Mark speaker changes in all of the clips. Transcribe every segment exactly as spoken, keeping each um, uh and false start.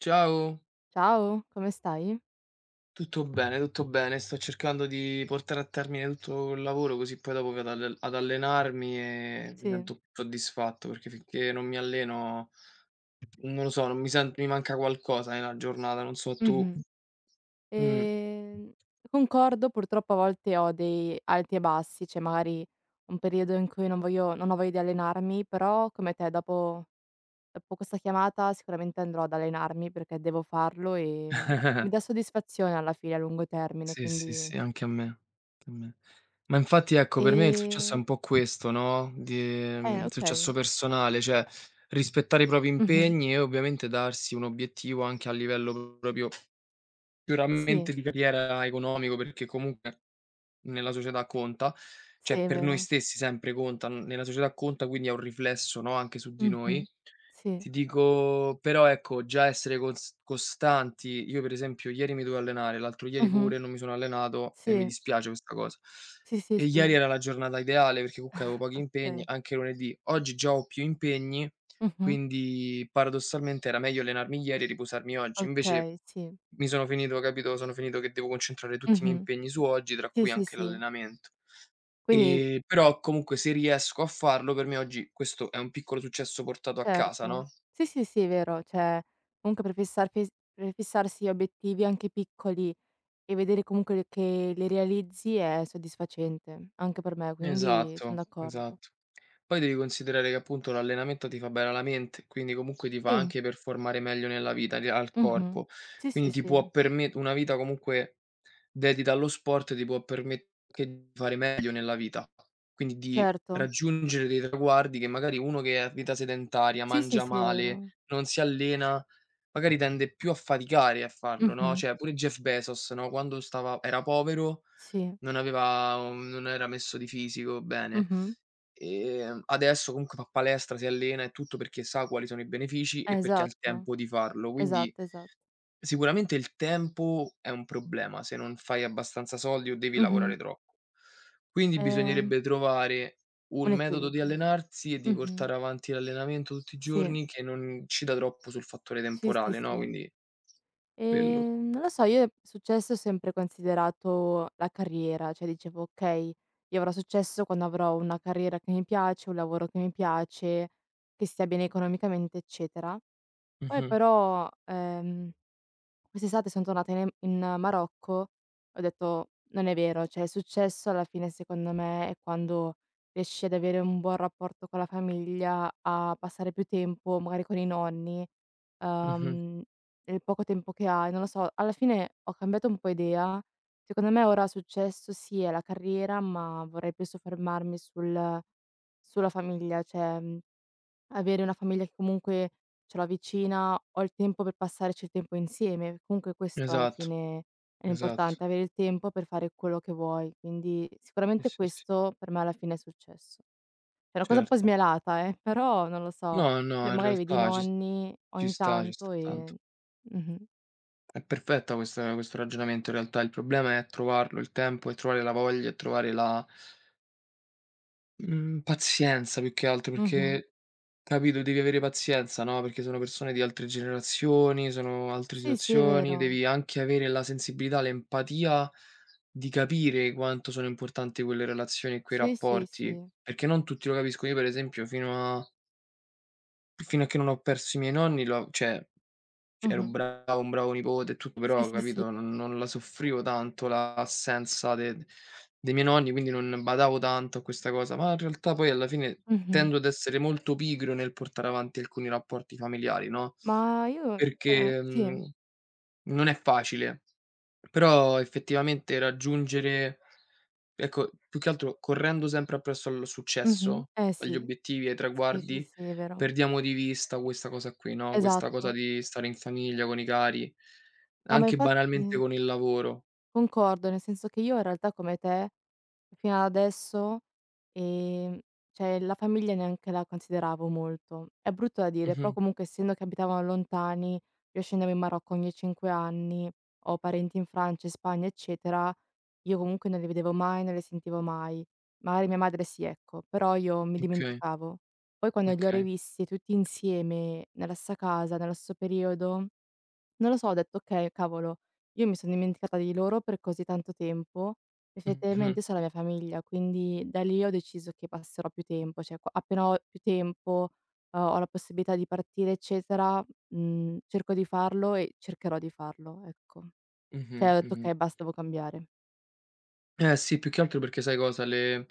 Speaker 1: Ciao,
Speaker 2: Ciao, come stai?
Speaker 1: tutto bene, tutto bene. Sto cercando di portare a termine tutto il lavoro così poi dopo vado ad al ad allenarmi e mi
Speaker 2: Sì,
Speaker 1: sento più soddisfatto perché finché non mi alleno, non lo so, non mi sen mi manca qualcosa nella giornata, non so tu.
Speaker 2: mh-mh.
Speaker 1: Mh.
Speaker 2: Ehm, Concordo, purtroppo a volte ho dei alti e bassi, cioè magari un periodo in cui non voglio non ho voglia di allenarmi, però come te dopo dopo questa chiamata sicuramente andrò ad allenarmi perché devo farlo e, mhmm, mi dà soddisfazione alla fine a lungo termine,
Speaker 1: Sì, sì, sì,
Speaker 2: quindi
Speaker 1: anche a me, anche a me. Ma infatti ecco, per me il successo è
Speaker 2: ehm,
Speaker 1: un po' questo, no, di
Speaker 2: eh,
Speaker 1: ehm, successo
Speaker 2: okay.
Speaker 1: personale, cioè rispettare i propri
Speaker 2: Mh-mh.
Speaker 1: impegni e ovviamente darsi un obiettivo anche a livello proprio. Sicuramente
Speaker 2: Sì,
Speaker 1: di carriera, economico, perché comunque nella società conta,
Speaker 2: sì,
Speaker 1: cioè
Speaker 2: è
Speaker 1: per noi
Speaker 2: vero.
Speaker 1: stessi sempre conta, n nella società conta, quindi ha un riflesso, no, anche su di noi.
Speaker 2: Mh-mh. Sì.
Speaker 1: Ti dico però ecco, già essere cons costanti, io per esempio ieri mi dovevo allenare, l'altro ieri
Speaker 2: Mh-mh.
Speaker 1: pure non mi sono allenato e mi
Speaker 2: Sì.
Speaker 1: dispiace questa cosa.
Speaker 2: Sì, sì,
Speaker 1: E ieri
Speaker 2: sì.
Speaker 1: era la giornata ideale perché comunque avevo pochi impegni,
Speaker 2: Okay.
Speaker 1: anche lunedì. Oggi già ho più impegni,
Speaker 2: Mh-mh.
Speaker 1: quindi paradossalmente era meglio allenarmi ieri e riposarmi oggi. Invece
Speaker 2: Okay, sì.
Speaker 1: mi sono finito capito, sono finito che devo concentrare tutti i miei
Speaker 2: Mh-mh.
Speaker 1: impegni su oggi, tra
Speaker 2: Sì,
Speaker 1: cui
Speaker 2: sì,
Speaker 1: anche
Speaker 2: sì.
Speaker 1: l'allenamento.
Speaker 2: Quindi
Speaker 1: Ehm, però comunque se riesco a farlo per me oggi questo è un piccolo successo portato a casa,
Speaker 2: certo.
Speaker 1: no?
Speaker 2: Sì, sì, sì, è vero. Cioè, comunque prefissar fis prefissarsi obiettivi anche piccoli e vedere comunque le che li realizzi è soddisfacente, anche per me, quindi son
Speaker 1: Esatto,
Speaker 2: d'accordo.
Speaker 1: esatto. Poi devi considerare che appunto l'allenamento ti fa bene alla mente, quindi comunque ti fa
Speaker 2: Sì,
Speaker 1: anche performare meglio nella vita, di- al
Speaker 2: mh-mh.
Speaker 1: corpo.
Speaker 2: Sì,
Speaker 1: Quindi
Speaker 2: sì,
Speaker 1: ti
Speaker 2: sì,
Speaker 1: può permettere una vita comunque dedita allo sport, ti può permettere anche di fare meglio nella vita. Quindi di
Speaker 2: certo.
Speaker 1: raggiungere dei traguardi che magari uno che è a vita sedentaria,
Speaker 2: Sì, sì,
Speaker 1: mangia
Speaker 2: sì, è
Speaker 1: male,
Speaker 2: vero.
Speaker 1: non si allena, magari tende più a faticare a farlo, no?
Speaker 2: Mh-mh.
Speaker 1: Cioè pure Jeff Bezos, no? Quando stava, era povero
Speaker 2: Sì.
Speaker 1: non aveva un non era messo di fisico bene.
Speaker 2: Mh-mh.
Speaker 1: Ehm, adesso comunque fa palestra, si allena e tutto perché sa quali sono i benefici
Speaker 2: Eh,
Speaker 1: e perché ha il
Speaker 2: Esatto,
Speaker 1: tempo di farlo. Quindi
Speaker 2: esatto, esatto.
Speaker 1: sicuramente il tempo è un problema, se non fai abbastanza soldi o devi
Speaker 2: Mh-mh.
Speaker 1: lavorare troppo. Quindi
Speaker 2: Ehm,
Speaker 1: bisognerebbe trovare un
Speaker 2: un
Speaker 1: metodo di
Speaker 2: equilibrio.
Speaker 1: allenarsi e di
Speaker 2: Mh-mh.
Speaker 1: portare avanti l'allenamento tutti i
Speaker 2: Sì,
Speaker 1: giorni che non incida troppo sul fattore
Speaker 2: sì, sì,
Speaker 1: temporale, no,
Speaker 2: sì.
Speaker 1: quindi quello.
Speaker 2: Ehm, non lo so, io successo ho sempre considerato la carriera, cioè dicevo: "Okay, io avrò successo quando avrò una carriera che mi piace, un lavoro che mi piace, che stia bene economicamente, eccetera". Poi
Speaker 1: Mh-mh,
Speaker 2: però, ehm Quest'estate son tornata in em in Marocco e ho detto: "Non è vero, cioè il successo alla fine secondo me è quando riesci ad avere un buon rapporto con la famiglia, a passare più tempo magari con i nonni,
Speaker 1: mh-mh.
Speaker 2: uhm, nel poco tempo che hai." Non lo so, alla fine ho cambiato un po' idea. Secondo me ora successo sì è la carriera, ma vorrei più soffermarmi sul sulla famiglia, cioè mhmm, avere una famiglia che comunque ce l'ho vicina, ho il tempo per passarci il tempo insieme. Comunque questo alla
Speaker 1: Esatto,
Speaker 2: fine è
Speaker 1: esatto.
Speaker 2: l'importante, avere il tempo per fare quello che vuoi. Quindi
Speaker 1: Sì,
Speaker 2: sicuramente
Speaker 1: sì, sì,
Speaker 2: questo per me alla fine è successo. È una cosa un po'
Speaker 1: certo.
Speaker 2: smielata, eh, però non lo so.
Speaker 1: No, no,
Speaker 2: Cioè,
Speaker 1: in
Speaker 2: magari vedi i
Speaker 1: realtà ci s
Speaker 2: nonni
Speaker 1: ci
Speaker 2: ogni
Speaker 1: sta, ci sta
Speaker 2: tanto
Speaker 1: tanto.
Speaker 2: e mh-mh,
Speaker 1: È perfetta questa questo ragionamento in realtà, il problema è trovarlo il tempo e trovare la voglia e trovare la, mhmm, pazienza più che altro,
Speaker 2: mh-mh.
Speaker 1: perché capito, devi avere pazienza, no, perché sono persone di altre generazioni, sono altre
Speaker 2: Sì, sì, è
Speaker 1: situazioni,
Speaker 2: vero.
Speaker 1: devi anche avere la sensibilità, l'empatia di capire quanto sono importanti quelle relazioni e quei
Speaker 2: Sì, sì,
Speaker 1: rapporti,
Speaker 2: sì.
Speaker 1: perché non tutti lo capiscono. Io per esempio fino a fino a che non ho perso i miei nonni lo cioè Cioè ero
Speaker 2: Mh-mh.
Speaker 1: bravo un bravo nipote e tutto,
Speaker 2: Sì,
Speaker 1: però
Speaker 2: sì, sì.
Speaker 1: capito, non non la soffrivo tanto l'assenza de dei miei nonni, quindi non badavo tanto a questa cosa, ma in realtà poi alla fine
Speaker 2: Mh-mh.
Speaker 1: tendo ad essere molto pigro nel portare avanti alcuni rapporti familiari, no,
Speaker 2: Ma io cioè
Speaker 1: perché,
Speaker 2: sì.
Speaker 1: mhmm, non è facile, però effettivamente raggiungere. Ecco, più che altro correndo sempre appresso al
Speaker 2: Mh-mh.
Speaker 1: successo,
Speaker 2: Eh
Speaker 1: agli
Speaker 2: sì.
Speaker 1: obiettivi, ai
Speaker 2: Sì, sì,
Speaker 1: traguardi,
Speaker 2: sì, è vero.
Speaker 1: perdiamo di vista questa cosa qui, no, questa cosa
Speaker 2: Esatto.
Speaker 1: di stare in famiglia con i cari,
Speaker 2: No, ma
Speaker 1: anche
Speaker 2: infatti
Speaker 1: banalmente
Speaker 2: eh,
Speaker 1: con il lavoro.
Speaker 2: concordo, nel senso che io in realtà come te fino ad adesso, ehm, cioè la famiglia neanche la consideravo molto. È brutto da dire, però
Speaker 1: Mh-mh.
Speaker 2: comunque essendo che abitavano lontani, io scendevo in Marocco ogni cinque anni, ho parenti in Francia, in Spagna, eccetera, io comunque non li vedevo mai, non le sentivo mai. Magari mia madre sì, ecco, però io mi
Speaker 1: Okay,
Speaker 2: dimenticavo. Poi quando li ho
Speaker 1: okay.
Speaker 2: rivisti tutti insieme nella stessa casa, nello stesso periodo Non lo so, ho detto: "Okay, cavolo, io mi son dimenticata di loro per così tanto tempo,
Speaker 1: Mh-mh,
Speaker 2: effettivamente sono la mia famiglia", quindi da lì ho deciso che passerò più tempo, cioè qua appena ho più tempo, uhm, ho la possibilità di partire eccetera, mhmm, cerco di farlo e cercherò di farlo, ecco. Cioè ho
Speaker 1: mh-mh,
Speaker 2: detto:
Speaker 1: mh-mh.
Speaker 2: "Okay, basta, devo cambiare".
Speaker 1: Eh sì, più che altro perché sai cosa, le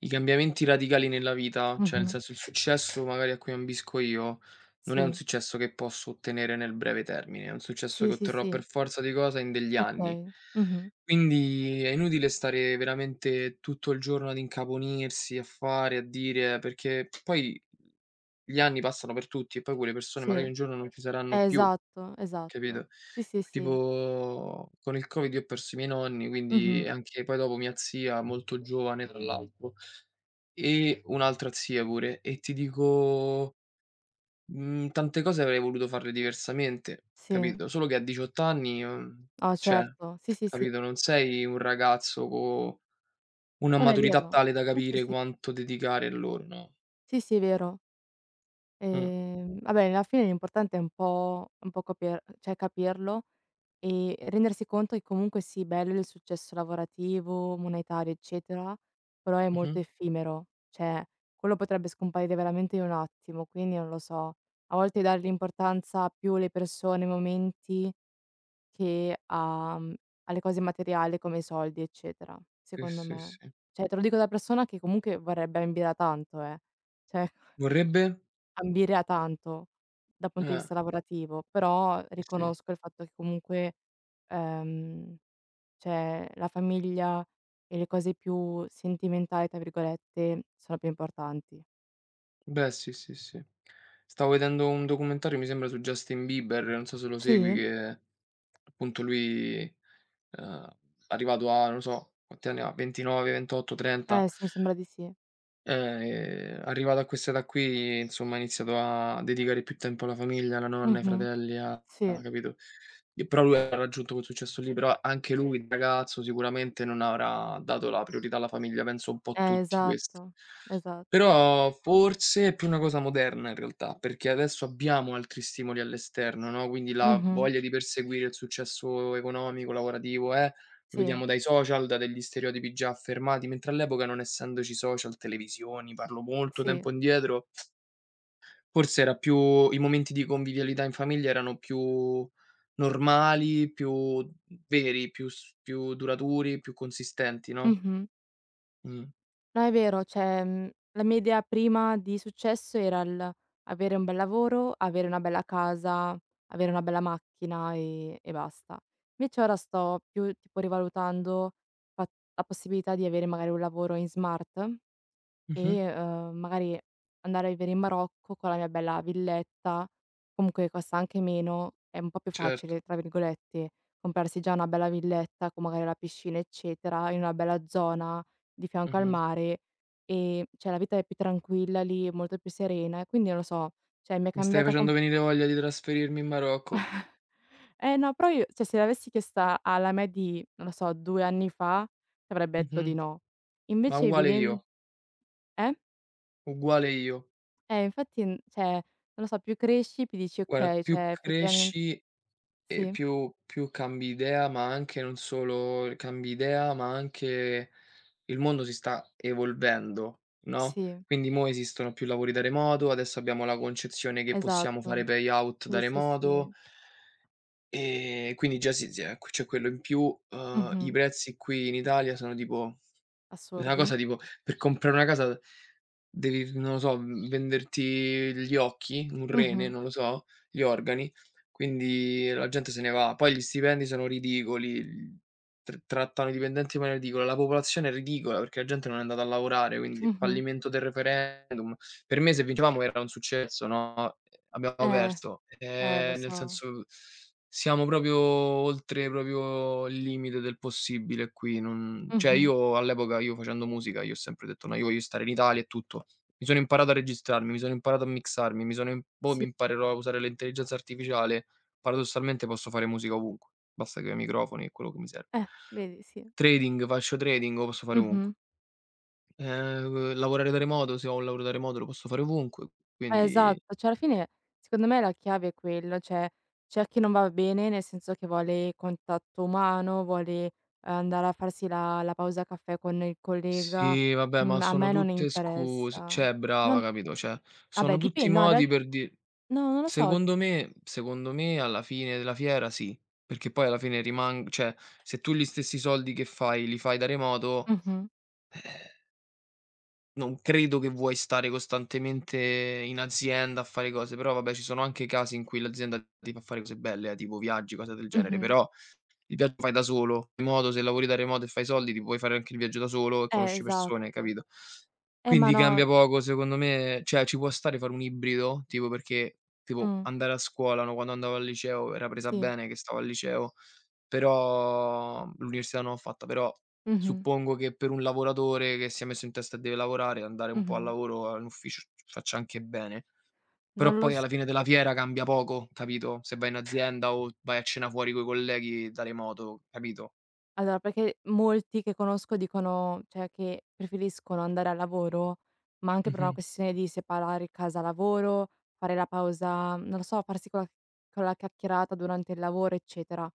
Speaker 1: i cambiamenti radicali nella vita, cioè nel
Speaker 2: Mh-mh.
Speaker 1: senso il successo magari a cui ambisco io, non è un
Speaker 2: Sì.
Speaker 1: successo che posso ottenere nel breve termine, è un successo che
Speaker 2: Sì, sì,
Speaker 1: otterrò per
Speaker 2: sì.
Speaker 1: forza di cosa in degli anni.
Speaker 2: Okay. Mh-mh.
Speaker 1: Quindi è inutile stare veramente tutto il giorno ad incaponirsi, a fare, a dire, perché poi gli anni passano per tutti e poi quelle persone
Speaker 2: Sì.
Speaker 1: magari un
Speaker 2: Eh,
Speaker 1: giorno non ci saranno più.
Speaker 2: esatto, esatto.
Speaker 1: Capito?
Speaker 2: Sì, sì, sì.
Speaker 1: Tipo con il Covid io ho perso i miei nonni, quindi Mh.
Speaker 2: Mh-mh.
Speaker 1: anche poi dopo mia zia molto giovane tra l'altro, e un'altra zia pure, e ti dico, mhmm, tante cose avrei voluto farle diversamente,
Speaker 2: Sì.
Speaker 1: capito? Solo che a diciotto anni, uhm,
Speaker 2: No,
Speaker 1: cioè,
Speaker 2: certo. Sì, sì, sì.
Speaker 1: capito, non sei un ragazzo co una
Speaker 2: Non è
Speaker 1: maturità
Speaker 2: vero.
Speaker 1: tale da
Speaker 2: Sì, sì,
Speaker 1: capire
Speaker 2: sì.
Speaker 1: quanto dedicare a loro, no.
Speaker 2: Sì, sì, è vero.
Speaker 1: Mh.
Speaker 2: Ehm, vabbè, alla fine l'importante è un po' un po' capir cioè capirlo e rendersi conto che comunque sì, bello il successo lavorativo, monetario, eccetera, però è
Speaker 1: Mh-mh.
Speaker 2: molto effimero, cioè quello potrebbe scomparire veramente in un attimo, quindi non lo so. A volte dare l'importanza più alle persone, ai momenti Che a mhmm, alle cose materiali come i soldi, eccetera,
Speaker 1: Sì,
Speaker 2: secondo
Speaker 1: sì,
Speaker 2: me.
Speaker 1: sì.
Speaker 2: Cioè, te lo dico da persona che comunque vorrebbe ambire a tanto, eh. Cioè,
Speaker 1: Vorrebbe?
Speaker 2: ambire a tanto dal punto di
Speaker 1: Eh,
Speaker 2: vista lavorativo, però
Speaker 1: sì, sì.
Speaker 2: riconosco il fatto che comunque, ehm, cioè la famiglia e le cose più "sentimentali" tra virgolette, sono più importanti.
Speaker 1: Beh, sì, sì, sì. Stavo vedendo un documentario, mi sembra, su Justin Bieber, non so se lo segui,
Speaker 2: Sì?
Speaker 1: che appunto lui, ehm, arrivato a non so, quanti anni ha, ventinove, ventotto, trenta
Speaker 2: Eh sì, mi sembra di sì.
Speaker 1: eh, arrivato a quest'età qui, insomma, ho iniziato a dedicare più tempo alla famiglia, alla nonna, ai
Speaker 2: Mh-mh.
Speaker 1: fratelli, a
Speaker 2: Sì.
Speaker 1: a capito? E però lui ha raggiunto quel successo lì, però anche lui, da ragazzo, sicuramente non avrà dato la priorità alla famiglia, penso un po'
Speaker 2: Eh,
Speaker 1: tutti questo.
Speaker 2: esatto, esatto.
Speaker 1: Però forse è più una cosa moderna in realtà, perché adesso abbiamo altri stimoli all'esterno, no, quindi la
Speaker 2: Mh-mh.
Speaker 1: voglia di perseguire il successo economico, lavorativo, eh lo vediamo
Speaker 2: Sì,
Speaker 1: dai social, da degli stereotipi già affermati, mentre all'epoca non essendoci social, televisioni, parlo molto
Speaker 2: sì.
Speaker 1: tempo indietro, forse era più i momenti di convivialità in famiglia erano più normali, più veri, più s più duraturi, più consistenti, no,
Speaker 2: Mh-mh.
Speaker 1: mh.
Speaker 2: No, è vero, cioè, mhmm, la mia idea prima di successo era il avere un bel lavoro, avere una bella casa, avere una bella macchina e e basta. Invece ora sto più tipo rivalutando fa la possibilità di avere magari un lavoro in smart?
Speaker 1: Mh-mh.
Speaker 2: E, uhm, magari andare a vivere in Marocco con la mia bella villetta, comunque costa anche meno, è un po' più
Speaker 1: Certo.
Speaker 2: "facile" tra virgolette, comprarsi già una bella villetta con magari la piscina, eccetera, in una bella zona di fianco al
Speaker 1: Mh-mh.
Speaker 2: mare e cioè la vita è più tranquilla lì, è molto più serena e quindi non lo so, cioè mi è
Speaker 1: Mi stai
Speaker 2: cambiata com
Speaker 1: facendo venire voglia di trasferirmi in Marocco.
Speaker 2: Eh no, però io cioè se l'avessi chiesta alla me di, non lo so, due anni fa, ti avrebbe detto
Speaker 1: Mh-mh.
Speaker 2: di no.
Speaker 1: Ma
Speaker 2: Invece
Speaker 1: uguale
Speaker 2: viven
Speaker 1: io,
Speaker 2: eh?
Speaker 1: uguale io.
Speaker 2: Eh, infatti, n cioè, non lo so, più cresci più dici:
Speaker 1: Guarda,
Speaker 2: "Okay,
Speaker 1: più
Speaker 2: cioè effettiamen"
Speaker 1: cresci. E
Speaker 2: sì,
Speaker 1: più più cambi idea, ma anche non solo cambi idea, ma anche il mondo si sta evolvendo, no,
Speaker 2: sì,
Speaker 1: quindi mo' esistono più lavori da remoto, adesso abbiamo la concezione che possiamo fare
Speaker 2: esatto.
Speaker 1: payout da
Speaker 2: Sì, sì,
Speaker 1: remoto,
Speaker 2: sì.
Speaker 1: ehm, quindi già si si è c'è quello in più. Uhm, I
Speaker 2: Mh-mh.
Speaker 1: prezzi qui in Italia sono tipo una
Speaker 2: Assurdi.
Speaker 1: cosa tipo per comprare una casa devi, non lo so, mhmm, venderti gli occhi, un rene,
Speaker 2: Mh-mh.
Speaker 1: non lo so, gli organi, quindi la gente se ne va. Poi gli stipendi sono ridicoli, l tr trattano i dipendenti in maniera ridicola, la popolazione è ridicola perché la gente non è andata a lavorare, quindi
Speaker 2: Mh-mh.
Speaker 1: fallimento del referendum. Per me se vincevamo era un successo, no, ehm, abbiamo
Speaker 2: Eh,
Speaker 1: perso.
Speaker 2: eh, lo
Speaker 1: Ehm, nel
Speaker 2: so.
Speaker 1: senso siamo proprio oltre proprio il limite del possibile qui, non cioè
Speaker 2: Mh-mh.
Speaker 1: io all'epoca, io facendo musica, io ho sempre detto: "No, io voglio stare in Italia e tutto". Mi sono imparato a registrarmi, mi sono imparato a mixarmi, mi sono im mo mi
Speaker 2: Sì.
Speaker 1: imparerò a usare l'intelligenza artificiale, paradossalmente posso fare musica ovunque, basta che ho i microfoni e quello che mi serve.
Speaker 2: Eh, vedi, sì.
Speaker 1: Trading, faccio trading, lo posso fare ovunque.
Speaker 2: Mh-mh.
Speaker 1: Ehm, lavorare da remoto, se ho un lavoro da remoto lo posso fare ovunque,
Speaker 2: Eh,
Speaker 1: quindi.
Speaker 2: esatto. Cioè, alla fine, secondo me la chiave è quello, cioè c'è chi non va bene, nel senso che vuole contatto umano, vuole eh, andare a farsi la la pausa caffè con il collega,
Speaker 1: Sì, vabbè, ma
Speaker 2: mhmm, a
Speaker 1: sono
Speaker 2: me non
Speaker 1: tutte scuse
Speaker 2: interessa.
Speaker 1: cioè brava,
Speaker 2: Non
Speaker 1: capito, cioè sono
Speaker 2: Vabbè
Speaker 1: tutti
Speaker 2: dipen no in real
Speaker 1: modi per di
Speaker 2: no, non lo so.
Speaker 1: secondo me secondo me alla fine della fiera sì, perché poi alla fine riman cioè se tu gli stessi soldi che fai li fai da remoto,
Speaker 2: Mh-mh,
Speaker 1: eh, non credo che vuoi stare costantemente in azienda a fare cose, però vabbè ci sono anche casi in cui l'azienda ti fa fare cose belle, eh, tipo viaggi, cose del genere,
Speaker 2: mh-mh.
Speaker 1: però il viaggio lo fai da solo, in modo se lavori da remoto e fai soldi ti puoi fare anche il viaggio da solo e
Speaker 2: Eh,
Speaker 1: conosci persone,
Speaker 2: esatto.
Speaker 1: capito?
Speaker 2: Eh, ma
Speaker 1: Quindi
Speaker 2: no
Speaker 1: cambia poco secondo me, cioè ci può stare fare un ibrido, tipo perché tipo
Speaker 2: mh,
Speaker 1: andare a scuola, no, quando andavo al liceo era presa
Speaker 2: sì.
Speaker 1: bene che stavo al liceo, però l'università non l'ho fatta, però
Speaker 2: Mh-mh,
Speaker 1: suppongo che per un lavoratore che si è messo in testa e deve lavorare, andare un po' al
Speaker 2: mh-mh.
Speaker 1: lavoro, all'ufficio faccia anche bene.
Speaker 2: Non
Speaker 1: Però
Speaker 2: lo
Speaker 1: poi
Speaker 2: s
Speaker 1: alla fine della fiera cambia poco, capito, se vai in azienda o vai a cena fuori coi colleghi da remoto, capito?
Speaker 2: allora perché molti che conosco dicono cioè che preferiscono andare al lavoro, ma anche per una
Speaker 1: Mh-mh.
Speaker 2: questione di separare casa lavoro, fare la pausa non lo so, farsi quella quella chiacchierata durante il lavoro, eccetera.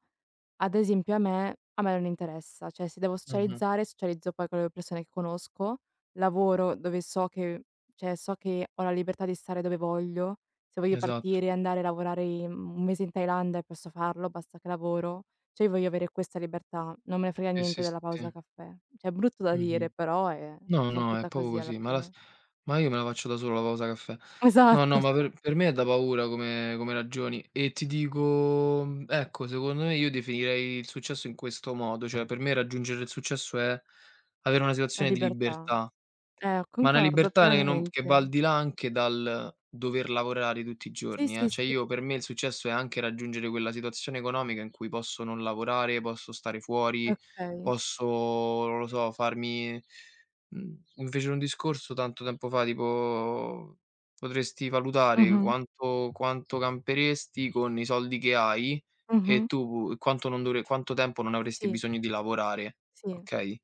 Speaker 2: Ad esempio a me a me non interessa, cioè se devo
Speaker 1: Mh-mh.
Speaker 2: socializzare, socializzo poi con le persone che conosco, lavoro dove so che cioè so che ho la libertà di stare dove voglio, se voglio
Speaker 1: Esatto.
Speaker 2: partire, andare a lavorare in un mese in Thailandia posso farlo, basta che lavoro. Cioè io voglio avere questa libertà, non me ne frega
Speaker 1: Sì,
Speaker 2: niente
Speaker 1: sì, sì,
Speaker 2: della pausa
Speaker 1: sì.
Speaker 2: caffè. Cioè è brutto da dire
Speaker 1: Mh-mh.
Speaker 2: però è
Speaker 1: No,
Speaker 2: son
Speaker 1: no, è
Speaker 2: fatta
Speaker 1: proprio
Speaker 2: così alla
Speaker 1: così, ma la s
Speaker 2: fine.
Speaker 1: ma io me la faccio da solo la pausa caffè. No, no,
Speaker 2: Esatto,
Speaker 1: ma
Speaker 2: cioè
Speaker 1: per per me è da paura come come ragioni e ti dico, mhmm, ecco, secondo me io definirei il successo in questo modo, cioè per me raggiungere il successo è avere una
Speaker 2: la
Speaker 1: situazione di
Speaker 2: libertà.
Speaker 1: libertà.
Speaker 2: Eh,
Speaker 1: Ma una
Speaker 2: concordo
Speaker 1: libertà che non che va al
Speaker 2: pienamente.
Speaker 1: di là anche dal dover lavorare tutti i
Speaker 2: Sì,
Speaker 1: giorni, eh.
Speaker 2: sì,
Speaker 1: Cioè
Speaker 2: sì,
Speaker 1: io per me il successo è anche raggiungere quella situazione economica in cui posso non lavorare, posso stare fuori,
Speaker 2: okay.
Speaker 1: posso, non lo so, farmi mhmm, mi fecero un discorso tanto tempo fa tipo: "Potresti valutare
Speaker 2: Mh-mh,
Speaker 1: quanto quanto camperesti con i soldi che hai e
Speaker 2: mh-mh,
Speaker 1: tu quanto non dovre quanto tempo non avresti
Speaker 2: sì.
Speaker 1: bisogno di lavorare",
Speaker 2: Sì,
Speaker 1: okay?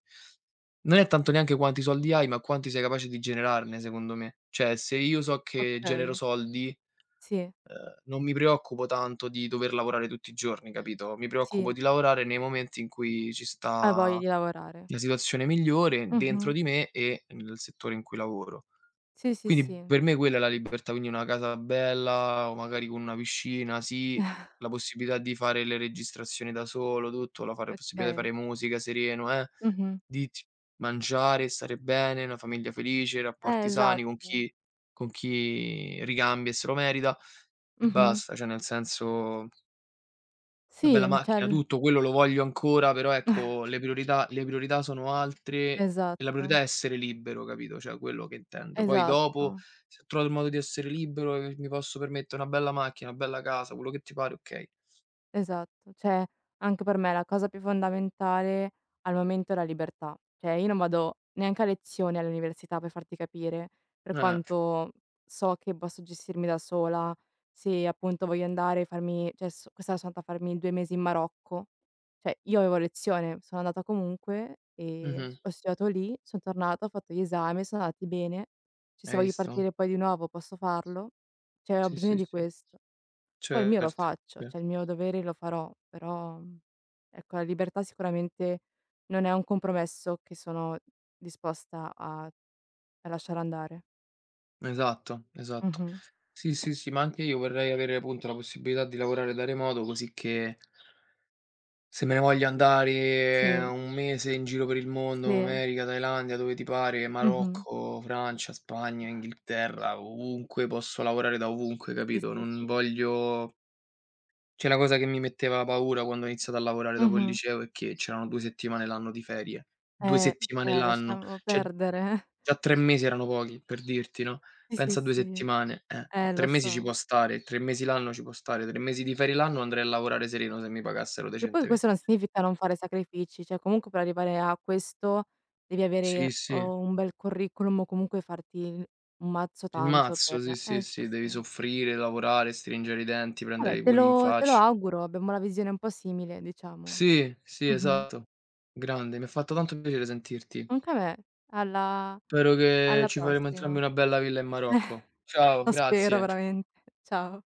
Speaker 1: Non è tanto neanche quanti soldi hai, ma quanti sei capace di generarne secondo me. Cioè, se io so che genero
Speaker 2: okay.
Speaker 1: soldi,
Speaker 2: Sì,
Speaker 1: ehm, non mi preoccupo tanto di dover lavorare tutti i giorni, capito, mi preoccupo
Speaker 2: sì.
Speaker 1: di lavorare nei momenti in cui ci
Speaker 2: Hai voglia
Speaker 1: sta
Speaker 2: di lavorare.
Speaker 1: la situazione migliore dentro
Speaker 2: Mh-mh.
Speaker 1: di me e nel settore in cui lavoro.
Speaker 2: Sì, sì,
Speaker 1: Quindi
Speaker 2: sì.
Speaker 1: per me quella è la libertà, quindi una casa bella o magari con una piscina, sì, la possibilità di fare le registrazioni da solo, tutto, la fare possibilità di
Speaker 2: Okay.
Speaker 1: fare musica sereno, eh,
Speaker 2: Mh-mh.
Speaker 1: di t mangiare, stare bene, una famiglia felice,
Speaker 2: Eh,
Speaker 1: rapporti sani con
Speaker 2: esatto.
Speaker 1: chi con chi ricambia e se lo merita e
Speaker 2: Mh-mh.
Speaker 1: basta, cioè nel senso una bella
Speaker 2: Sì, cioè
Speaker 1: macchina,
Speaker 2: l
Speaker 1: tutto, quello lo voglio ancora, però ecco le priorità le priorità sono altre e la priorità è
Speaker 2: esatto,
Speaker 1: essere libero, capito, cioè quello che intendo. Poi dopo,
Speaker 2: esatto.
Speaker 1: se ho trovato il modo di essere libero e mi posso permettere una bella macchina, una bella casa, quello che ti pare, okay.
Speaker 2: Esatto, cioè anche per me la cosa più fondamentale al momento è la libertà. Cioè io non vado neanche a lezione all'università per farti capire, per
Speaker 1: Eh,
Speaker 2: quanto so che posso gestirmi da sola, se appunto voglio andare e farmi cioè so quest'anno sono andata a farmi due mesi in Marocco, cioè io avevo lezione, sono andata comunque e
Speaker 1: mh-mh,
Speaker 2: ho studiato lì, son tornata, ho fatto gli esami, sono andati bene. Cioè se
Speaker 1: hai
Speaker 2: voglio
Speaker 1: visto?
Speaker 2: partire poi di nuovo posso farlo. Cioè ho
Speaker 1: Sì,
Speaker 2: bisogno
Speaker 1: sì,
Speaker 2: di
Speaker 1: sì,
Speaker 2: questo. Poi il mio lo
Speaker 1: certo,
Speaker 2: faccio,
Speaker 1: sì.
Speaker 2: cioè il mio dovere lo farò, però, mhmm, ecco la libertà sicuramente non è un compromesso che sono disposta a a lasciare andare.
Speaker 1: Esatto, esatto.
Speaker 2: Mh-mh.
Speaker 1: Sì, sì, sì, ma anche io vorrei avere, punto, la possibilità di lavorare da remoto così che. Se me ne voglio andare eh,
Speaker 2: Sì,
Speaker 1: un mese in giro per il mondo,
Speaker 2: sì.
Speaker 1: America, Thailandia, dove ti pare,
Speaker 2: Mh-mh.
Speaker 1: Marocco, Francia, Spagna, Inghilterra, ovunque, posso lavorare da ovunque,
Speaker 2: Sì,
Speaker 1: capito?
Speaker 2: sì,
Speaker 1: Non
Speaker 2: sì.
Speaker 1: voglio cioè la cosa che mi metteva paura quando ho iniziato a lavorare dopo il
Speaker 2: Mh-mh.
Speaker 1: liceo è che c'erano due settimane l'anno di ferie. due
Speaker 2: Eh,
Speaker 1: settimane
Speaker 2: Cioè
Speaker 1: l'anno,
Speaker 2: lasciamo
Speaker 1: cioè
Speaker 2: perdere.
Speaker 1: già tre mesi erano pochi, per dirti, no,
Speaker 2: Sì, sì,
Speaker 1: pensa a due
Speaker 2: sì.
Speaker 1: settimane, eh, no,
Speaker 2: Eh,
Speaker 1: tre
Speaker 2: lo
Speaker 1: mesi ci può
Speaker 2: so.
Speaker 1: stare, tre mesi l'anno ci può stare, tre mesi di ferie l'anno andrei a lavorare sereno se mi pagassero
Speaker 2: Che poi
Speaker 1: decentemen.
Speaker 2: questo non significa non fare sacrifici, cioè comunque per arrivare a questo devi
Speaker 1: Sì,
Speaker 2: avere
Speaker 1: sì.
Speaker 2: o un bel curriculum o comunque farti il un mazzo
Speaker 1: Il
Speaker 2: tanto per
Speaker 1: mazzo, sì, sì,
Speaker 2: Eh, sì,
Speaker 1: sì, devi
Speaker 2: sì.
Speaker 1: soffrire, lavorare, stringere i denti, prendere
Speaker 2: Vabbè,
Speaker 1: i
Speaker 2: te
Speaker 1: pugni in
Speaker 2: lo te lo
Speaker 1: faccia.
Speaker 2: auguro, abbiamo la visione un po' simile diciamo.
Speaker 1: Sì, sì,
Speaker 2: Mh-mh.
Speaker 1: esatto. Grande, mi ha fatto tanto piacere sentirti.
Speaker 2: Anche a me. Alla
Speaker 1: Spero che
Speaker 2: alla
Speaker 1: ci faremo entrambi
Speaker 2: prossima.
Speaker 1: una bella villa in Marocco. Ciao,
Speaker 2: Lo spero
Speaker 1: grazie.
Speaker 2: veramente. Ciao.